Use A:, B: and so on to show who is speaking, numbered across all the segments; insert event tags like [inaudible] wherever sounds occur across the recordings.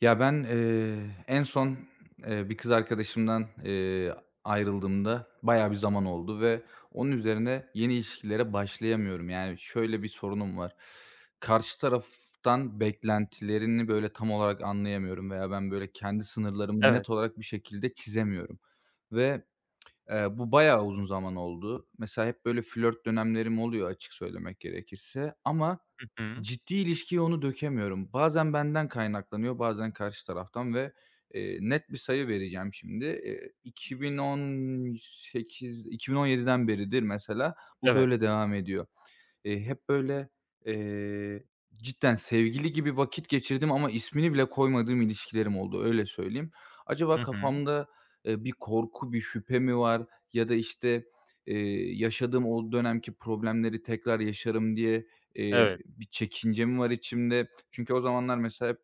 A: Ya, ben, eee, en son, bir kız arkadaşımdan, ayrıldığımda bayağı bir zaman oldu ve onun üzerine yeni ilişkilere başlayamıyorum. Yani, şöyle bir sorunum var. Karşı taraftan beklentilerini, böyle, tam olarak anlayamıyorum veya ben, böyle, kendi sınırlarımı
B: Evet.
A: net olarak bir şekilde çizemiyorum ve bu bayağı uzun zaman oldu. Mesela hep böyle flört dönemlerim oluyor, açık söylemek gerekirse, ama
B: Hı hı.
A: ciddi ilişkiye onu dökemiyorum. Bazen benden kaynaklanıyor, bazen karşı taraftan ve net bir sayı vereceğim şimdi. 2018, 2017'den beridir mesela bu
B: Evet.
A: böyle devam ediyor. Hep böyle, eee, cidden sevgili gibi vakit geçirdiğim ama ismini bile koymadığım ilişkilerim oldu, öyle söyleyeyim. Acaba
B: Hı hı.
A: kafamda bir korku, bir şüphe mi var ya da, işte, yaşadığım o dönemki problemleri tekrar yaşarım diye,
B: Evet.
A: bir çekince mi var içimde? Çünkü o zamanlar mesela hep,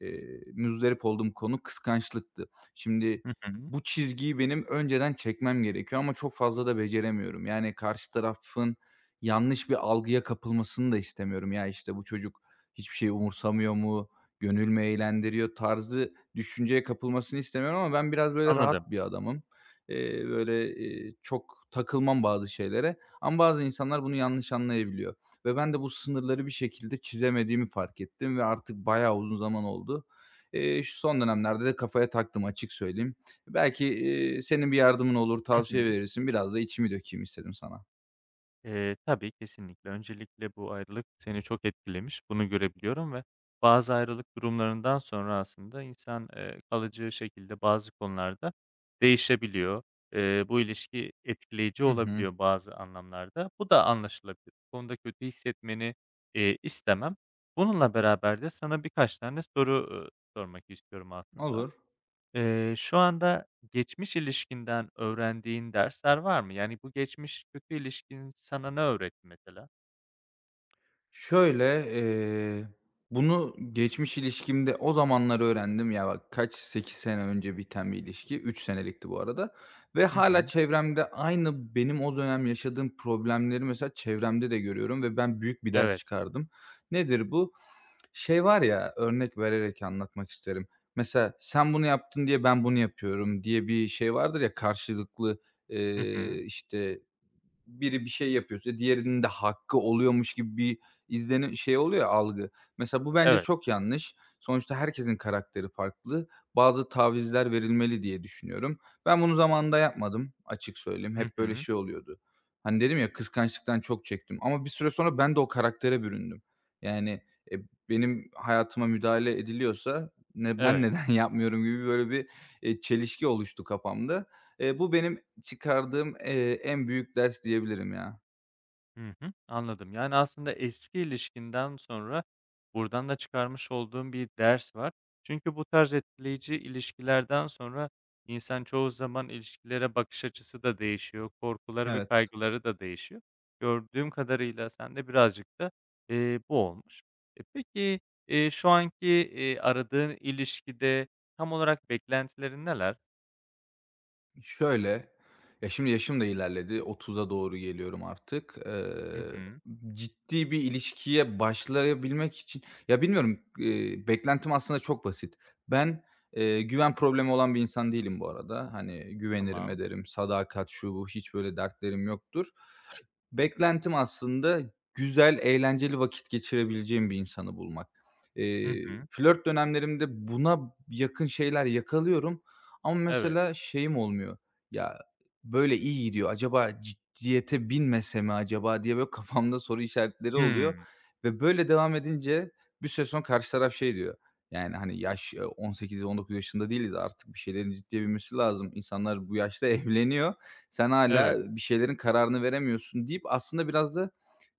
A: eee, muzdarip olduğum konu kıskançlıktı. Şimdi
B: Hı hı.
A: bu çizgiyi benim önceden çekmem gerekiyor ama çok fazla da beceremiyorum. Yani karşı tarafın yanlış bir algıya kapılmasını da istemiyorum. Ya, işte, bu çocuk hiçbir şeyi umursamıyor mu, gönül mü eğlendiriyor tarzı düşünceye kapılmasını istemiyorum ama ben biraz, böyle,
B: Anladım.
A: rahat bir adamım. Çok takılmam bazı şeylere ama bazı insanlar bunu yanlış anlayabiliyor ve ben de bu sınırları bir şekilde çizemediğimi fark ettim ve artık bayağı uzun zaman oldu. Şu son dönemlerde de kafaya taktım, açık söyleyeyim. Belki, senin bir yardımın olur,
B: Hı
A: tavsiye
B: hı.
A: verirsin. Biraz da içimi dökeyim istedim sana.
B: Tabii, kesinlikle. Öncelikle bu ayrılık seni çok etkilemiş. Bunu görebiliyorum ve bazı ayrılık durumlarından sonra aslında insan, kalıcı şekilde bazı konularda değişebiliyor. Bu ilişki etkileyici
A: Hı hı.
B: olabiliyor bazı anlamlarda. Bu da anlaşılabilir. Bu konuda kötü hissetmeni, istemem. Bununla beraber de sana birkaç tane soru, sormak istiyorum aslında.
A: Olur.
B: Şu anda geçmiş ilişkinden öğrendiğin dersler var mı? Yani, bu geçmiş kötü ilişkin sana ne öğretti mesela?
A: Şöyle, eee, bunu geçmiş ilişkimde o zamanlar öğrendim. Ya, bak kaç, 8 sene önce biten bir ilişki. Üç senelikti bu arada ve
B: Hı
A: hala
B: hı.
A: çevremde aynı benim o dönem yaşadığım problemleri mesela çevremde de görüyorum ve ben büyük bir ders
B: Evet.
A: çıkardım. Nedir bu? Şey var ya, örnek vererek anlatmak isterim. Mesela sen bunu yaptın diye ben bunu yapıyorum diye bir şey vardır ya karşılıklı,
B: Hı
A: eee,
B: hı.
A: işte, biri bir şey yapıyorsa diğerinin de hakkı oluyormuş gibi bir izlenim, şey oluyor ya, algı. Mesela bu bence
B: Evet.
A: çok yanlış. Sonuçta herkesin karakteri farklı. Bazı tavizler verilmeli diye düşünüyorum. Ben bunu zamanında yapmadım, açık söyleyeyim.
B: Hı
A: Hep böyle
B: hı.
A: şey oluyordu. Hani dedim ya kıskançlıktan çok çektim ama bir süre sonra ben de o karaktere büründüm. Yani, e, benim hayatıma müdahale ediliyorsa ne ben
B: Evet.
A: neden [laughs] yapmıyorum gibi böyle bir, çelişki oluştu kafamda. Bu benim çıkardığım, en büyük ders diyebilirim ya.
B: Hı hı, anladım. Yani, aslında eski ilişkinden sonra buradan da çıkarmış olduğum bir ders var. Çünkü bu tarz etkileyici ilişkilerden sonra insan çoğu zaman ilişkilere bakış açısı da değişiyor, korkuları ve
A: Evet.
B: kaygıları da değişiyor. Gördüğüm kadarıyla sende birazcık da, bu olmuş. Peki, şu anki, aradığın ilişkide tam olarak beklentilerin neler?
A: Şöyle, Şimdi yaşım da ilerledi, 30'a doğru geliyorum artık.
B: Hı hı,
A: Ciddi bir ilişkiye başlayabilmek için, ya, bilmiyorum, beklentim aslında çok basit. Ben güven problemi olan bir insan değilim bu arada. Hani, güvenirim,
B: tamam.
A: ederim, sadakat, şu bu, hiç böyle dertlerim yoktur. Beklentim aslında güzel, eğlenceli vakit geçirebileceğim bir insanı bulmak.
B: Hı hı,
A: Flört dönemlerimde buna yakın şeyler yakalıyorum ama
B: evet.
A: mesela şeyim olmuyor, "Ya, böyle iyi gidiyor, acaba ciddiyete binmese mi acaba?" diye böyle kafamda soru işaretleri oluyor
B: Hımm,
A: ve böyle devam edince bir süre sonra karşı taraf şey diyor, yani, hani, yaş, 18-19 yaşında değiliz artık, bir şeylerin ciddiye binmesi lazım. İnsanlar bu yaşta [laughs] evleniyor, sen
B: evet.
A: hala bir şeylerin kararını veremiyorsun deyip aslında biraz da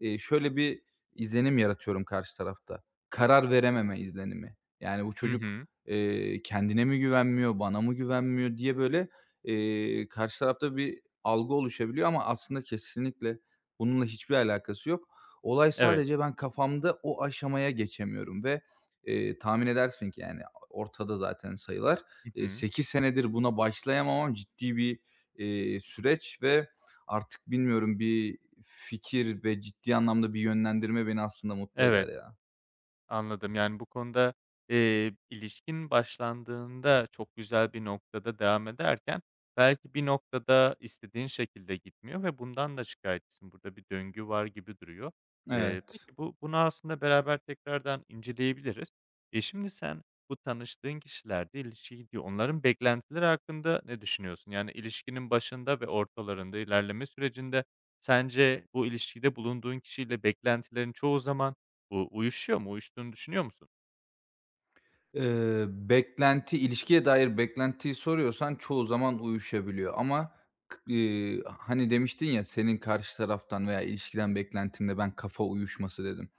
A: Şöyle bir izlenim yaratıyorum karşı tarafta. Karar verememe izlenimi. Yani, bu
B: Hı
A: çocuk,
B: hı,
A: eee, kendine mi güvenmiyor, bana mı güvenmiyor diye böyle, karşı tarafta bir algı oluşabiliyor ama aslında kesinlikle bununla hiçbir alakası yok. Olay
B: evet.
A: sadece ben kafamda o aşamaya geçemiyorum ve, tahmin edersin ki, yani, ortada zaten sayılar.
B: Hı hı.
A: Sekiz senedir buna başlayamamam ciddi bir, süreç ve artık bilmiyorum, bir fikir ve ciddi anlamda bir yönlendirme beni aslında mutlu
B: Evet,
A: eder ya.
B: anladım. Yani, bu konuda, ilişkin başlandığında çok güzel bir noktada devam ederken belki bir noktada istediğin şekilde gitmiyor ve bundan da şikayetçisin. Burada bir döngü var gibi duruyor.
A: Evet.
B: Peki bu bunu aslında beraber tekrardan inceleyebiliriz. Şimdi sen bu tanıştığın kişilerde ilişkiye gidiyor. Onların beklentileri hakkında ne düşünüyorsun? Yani, ilişkinin başında ve ortalarında, ilerleme sürecinde sence bu ilişkide bulunduğun kişiyle beklentilerin çoğu zaman uyuşuyor mu? Uyuştuğunu düşünüyor musun?
A: Beklenti, ilişkiye dair beklentiyi soruyorsan çoğu zaman uyuşabiliyor ama k hani demiştin ya, senin karşı taraftan veya ilişkiden beklentinde ben kafa uyuşması dedim.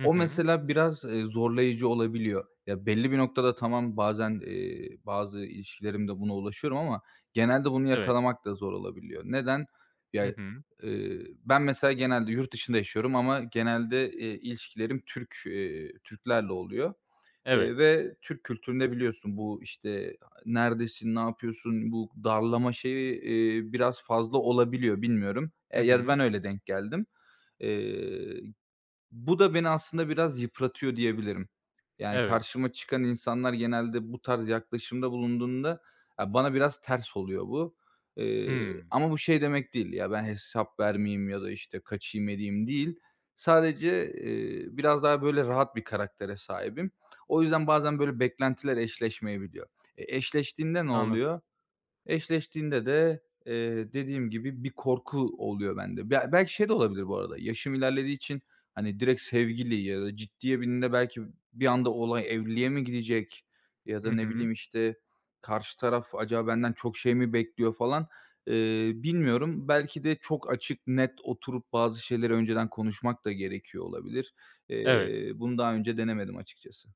B: Hı
A: O
B: hı.
A: mesela biraz, zorlayıcı olabiliyor. Ya, belli bir noktada tamam bazen, bazı ilişkilerimde buna ulaşıyorum ama genelde bunu
B: Evet.
A: yakalamak da zor olabiliyor. Neden?
B: Hı
A: Ya,
B: hı.
A: eee, ben mesela genelde yurt dışında yaşıyorum ama genelde, ilişkilerim Türklerle oluyor,
B: Evet.
A: eee, ve Türk kültüründe biliyorsun bu, işte, "Neredesin, ne yapıyorsun?" bu darlama şeyi, biraz fazla olabiliyor, bilmiyorum.
B: Hı
A: Ya da
B: hı.
A: ben öyle denk geldim. Eee Bu da beni aslında biraz yıpratıyor diyebilirim. Yani
B: Evet.
A: karşıma çıkan insanlar genelde bu tarz yaklaşımda bulunduğunda, ya, bana biraz ters oluyor bu.
B: Hımm.
A: Ama bu şey demek değil ya, ben hesap vermeyeyim ya da, işte, kaçayım edeyim değil. Sadece, biraz daha böyle rahat bir karaktere sahibim. O yüzden bazen böyle beklentiler eşleşmeyebiliyor. E, eşleştiğinde ne
B: Anladım.
A: oluyor? Eşleştiğinde de, dediğim gibi bir korku oluyor bende. Be belki şey de olabilir bu arada, yaşım ilerlediği için, hani, direkt sevgili ya da ciddiye bindiğinde belki bir anda olay evliliğe mi gidecek ya
B: Hı
A: da ne
B: hı.
A: bileyim, işte, karşı taraf acaba benden çok şey mi bekliyor falan, bilmiyorum. Belki de çok açık, net oturup bazı şeyleri önceden konuşmak da gerekiyor olabilir.
B: Evet.
A: Bunu daha önce denemedim açıkçası.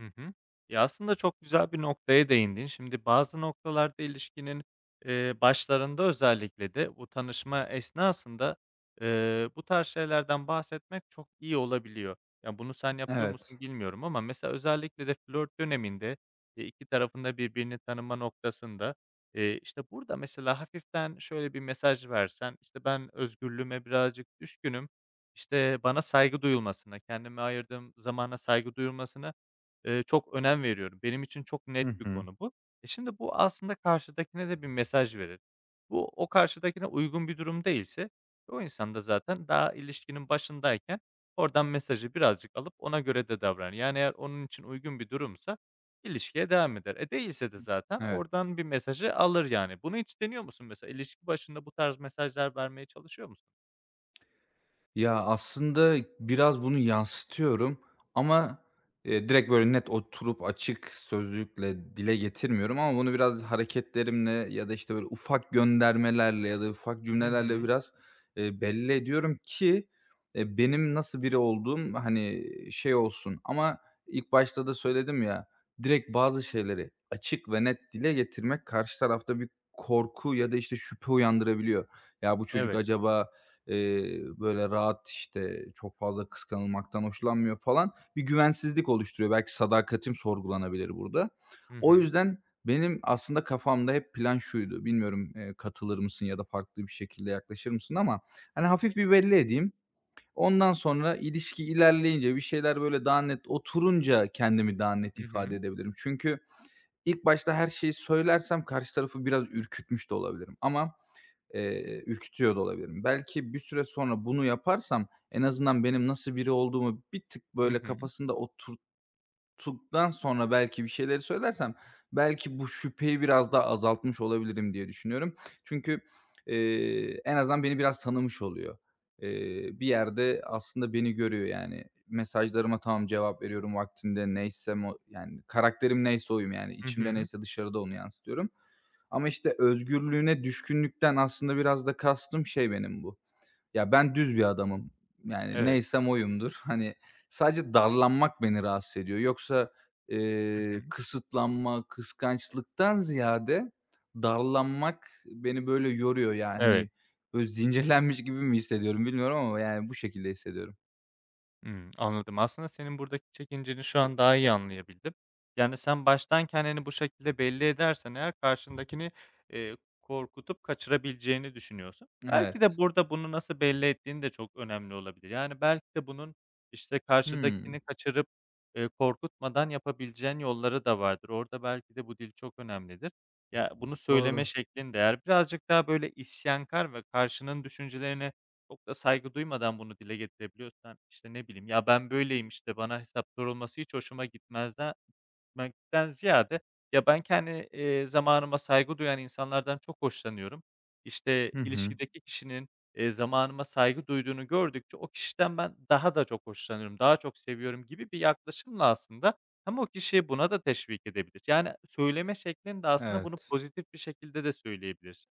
B: Hı hı. Ya, aslında çok güzel bir noktaya değindin. Şimdi bazı noktalarda ilişkinin, başlarında özellikle de bu tanışma esnasında, bu tarz şeylerden bahsetmek çok iyi olabiliyor. Ya, bunu sen yapıyor
A: Evet.
B: musun bilmiyorum ama mesela özellikle de flört döneminde, 2 tarafın birbirini tanıma noktasında, işte, burada mesela hafiften şöyle bir mesaj versen, işte, "Ben özgürlüğüme birazcık düşkünüm. İşte, bana saygı duyulmasına kendime ayırdığım zamana saygı duyulmasına çok önem veriyorum. Benim için çok
A: Hı
B: net bir
A: hı.
B: konu bu." Şimdi bu aslında karşıdakine de bir mesaj verir. Bu o karşıdakine uygun bir durum değilse o insan da zaten daha ilişkinin başındayken oradan mesajı birazcık alıp ona göre de davranır. Yani eğer onun için uygun bir durumsa ilişkiye devam eder. Değilse de zaten
A: Evet.
B: oradan bir mesajı alır yani. Bunu hiç deniyor musun mesela? İlişki başında bu tarz mesajlar vermeye çalışıyor musun?
A: Ya, aslında biraz bunu yansıtıyorum ama, direkt böyle net oturup açık sözlükle dile getirmiyorum ama bunu biraz hareketlerimle ya da, işte, böyle ufak göndermelerle ya da ufak
B: Hı
A: cümlelerle
B: hı.
A: biraz, belli ediyorum ki, benim nasıl biri olduğum, hani, şey olsun ama ilk başta da söyledim ya, direkt bazı şeyleri açık ve net dile getirmek karşı tarafta bir korku ya da, işte, şüphe uyandırabiliyor. "Ya, bu çocuk
B: Evet.
A: acaba böyle rahat, işte, çok fazla kıskanılmaktan hoşlanmıyor falan. Bir güvensizlik oluşturuyor. Belki sadakatim sorgulanabilir burada.
B: Hı
A: O
B: hı.
A: yüzden benim aslında kafamda hep plan şuydu. Bilmiyorum, katılır mısın ya da farklı bir şekilde yaklaşır mısın ama hani hafif bir belli edeyim. Ondan sonra ilişki ilerleyince, bir şeyler böyle daha net oturunca kendimi daha net
B: Hı
A: ifade
B: hı.
A: edebilirim. Çünkü ilk başta her şeyi söylersem karşı tarafı biraz ürkütmüş de olabilirim ama ürkütüyor da olabilirim. Belki bir süre sonra bunu yaparsam en azından benim nasıl biri olduğumu bir tık
B: Hı
A: böyle
B: hı.
A: kafasında otur tuttuktan sonra belki bir şeyleri söylersem, belki bu şüpheyi biraz daha azaltmış olabilirim diye düşünüyorum. Çünkü, en azından beni biraz tanımış oluyor. Bir yerde aslında beni görüyor yani. Mesajlarıma tamam cevap veriyorum vaktinde, neyse o yani, karakterim neyse oyum yani.
B: Hı
A: İçimde
B: hı.
A: neyse dışarıda onu yansıtıyorum. Ama işte özgürlüğüne düşkünlükten aslında biraz da kastım şey benim bu. Ya, ben düz bir adamım. Yani
B: Evet.
A: neysem oyumdur. Hani, sadece darlanmak beni rahatsız ediyor. Yoksa,
B: Hı hı.
A: kısıtlanma, kıskançlıktan ziyade darlanmak beni böyle yoruyor. Yani,
B: Evet.
A: hani, böyle zincirlenmiş gibi mi hissediyorum bilmiyorum ama yani bu şekilde hissediyorum.
B: Hımm, anladım. Aslında senin buradaki çekinceni şu an daha iyi anlayabildim. Yani, sen baştan kendini bu şekilde belli edersen eğer karşındakini, korkutup kaçırabileceğini düşünüyorsun. Belki
A: Evet.
B: de burada bunu nasıl belli ettiğin de çok önemli olabilir. Yani, belki de bunun, işte, karşıdakini
A: Hımm.
B: kaçırıp, korkutmadan yapabileceğin yolları da vardır. Orada belki de bu dil çok önemlidir. Ya, bunu söyleme
A: Doğru.
B: şeklin de eğer birazcık daha, böyle, isyankar ve karşının düşüncelerini çok da saygı duymadan bunu dile getirebiliyorsan, işte, ne bileyim, "Ya, ben böyleyim, işte, bana hesap sorulması hiç hoşuma gitmez." den gitmekten ziyade, ya, ben kendi, zamanıma saygı duyan insanlardan çok hoşlanıyorum. İşte,
A: Hı hı.
B: ilişkideki kişinin, zamanıma saygı duyduğunu gördükçe o kişiden ben daha da çok hoşlanıyorum, daha çok seviyorum gibi bir yaklaşımla aslında hem o kişiyi buna da teşvik edebilir. Yani, söyleme şeklin de aslında bunu
A: Evet.
B: pozitif bir şekilde de söyleyebilirsin.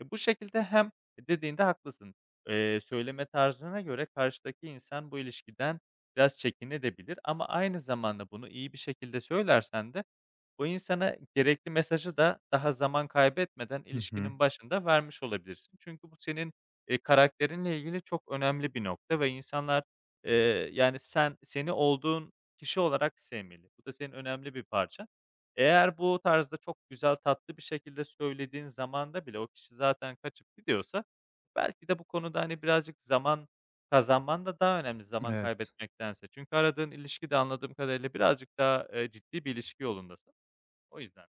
B: Bu şekilde hem dediğinde haklısın, söyleme tarzına göre karşıdaki insan bu ilişkiden biraz çekinebilir ama aynı zamanda bunu iyi bir şekilde söylersen de, bu insana gerekli mesajı da daha zaman kaybetmeden
A: Hı hı.
B: ilişkinin başında vermiş olabilirsin. Çünkü bu senin, karakterinle ilgili çok önemli bir nokta ve insanlar, yani, sen seni olduğun kişi olarak sevmeli. Bu da senin önemli bir parça. Eğer bu tarzda çok güzel, tatlı bir şekilde söylediğin zamanda bile o kişi zaten kaçıp gidiyorsa belki de bu konuda, hani, birazcık zaman kazanman da daha önemli zaman
A: Evet.
B: kaybetmektense. Çünkü aradığın ilişki de anladığım kadarıyla birazcık daha, ciddi bir ilişki yolundasın. O yüzden.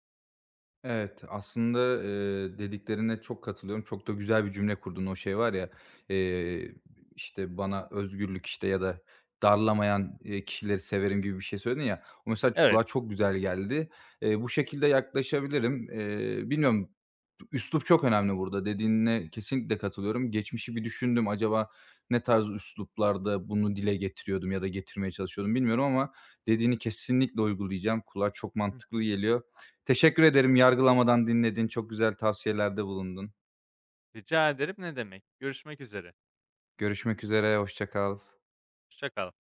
A: Evet, aslında, dediklerine çok katılıyorum. Çok da güzel bir cümle kurdun. O şey var ya, eee, işte, bana özgürlük, işte, ya da darlamayan kişileri severim gibi bir şey söyledin ya. O mesaj
B: Evet.
A: kulağa çok güzel geldi. Bu şekilde yaklaşabilirim. Bilmiyorum, üslup çok önemli burada. Dediğine kesinlikle katılıyorum. Geçmişi bir düşündüm, acaba ne tarz üsluplarda bunu dile getiriyordum ya da getirmeye çalışıyordum bilmiyorum ama dediğini kesinlikle uygulayacağım. Kulağa çok
B: Hı
A: mantıklı
B: hı.
A: geliyor. Teşekkür ederim, yargılamadan dinledin, çok güzel tavsiyelerde bulundun.
B: Rica ederim, ne demek. Görüşmek üzere.
A: Görüşmek üzere, hoşça kal.
B: Hoşça kal.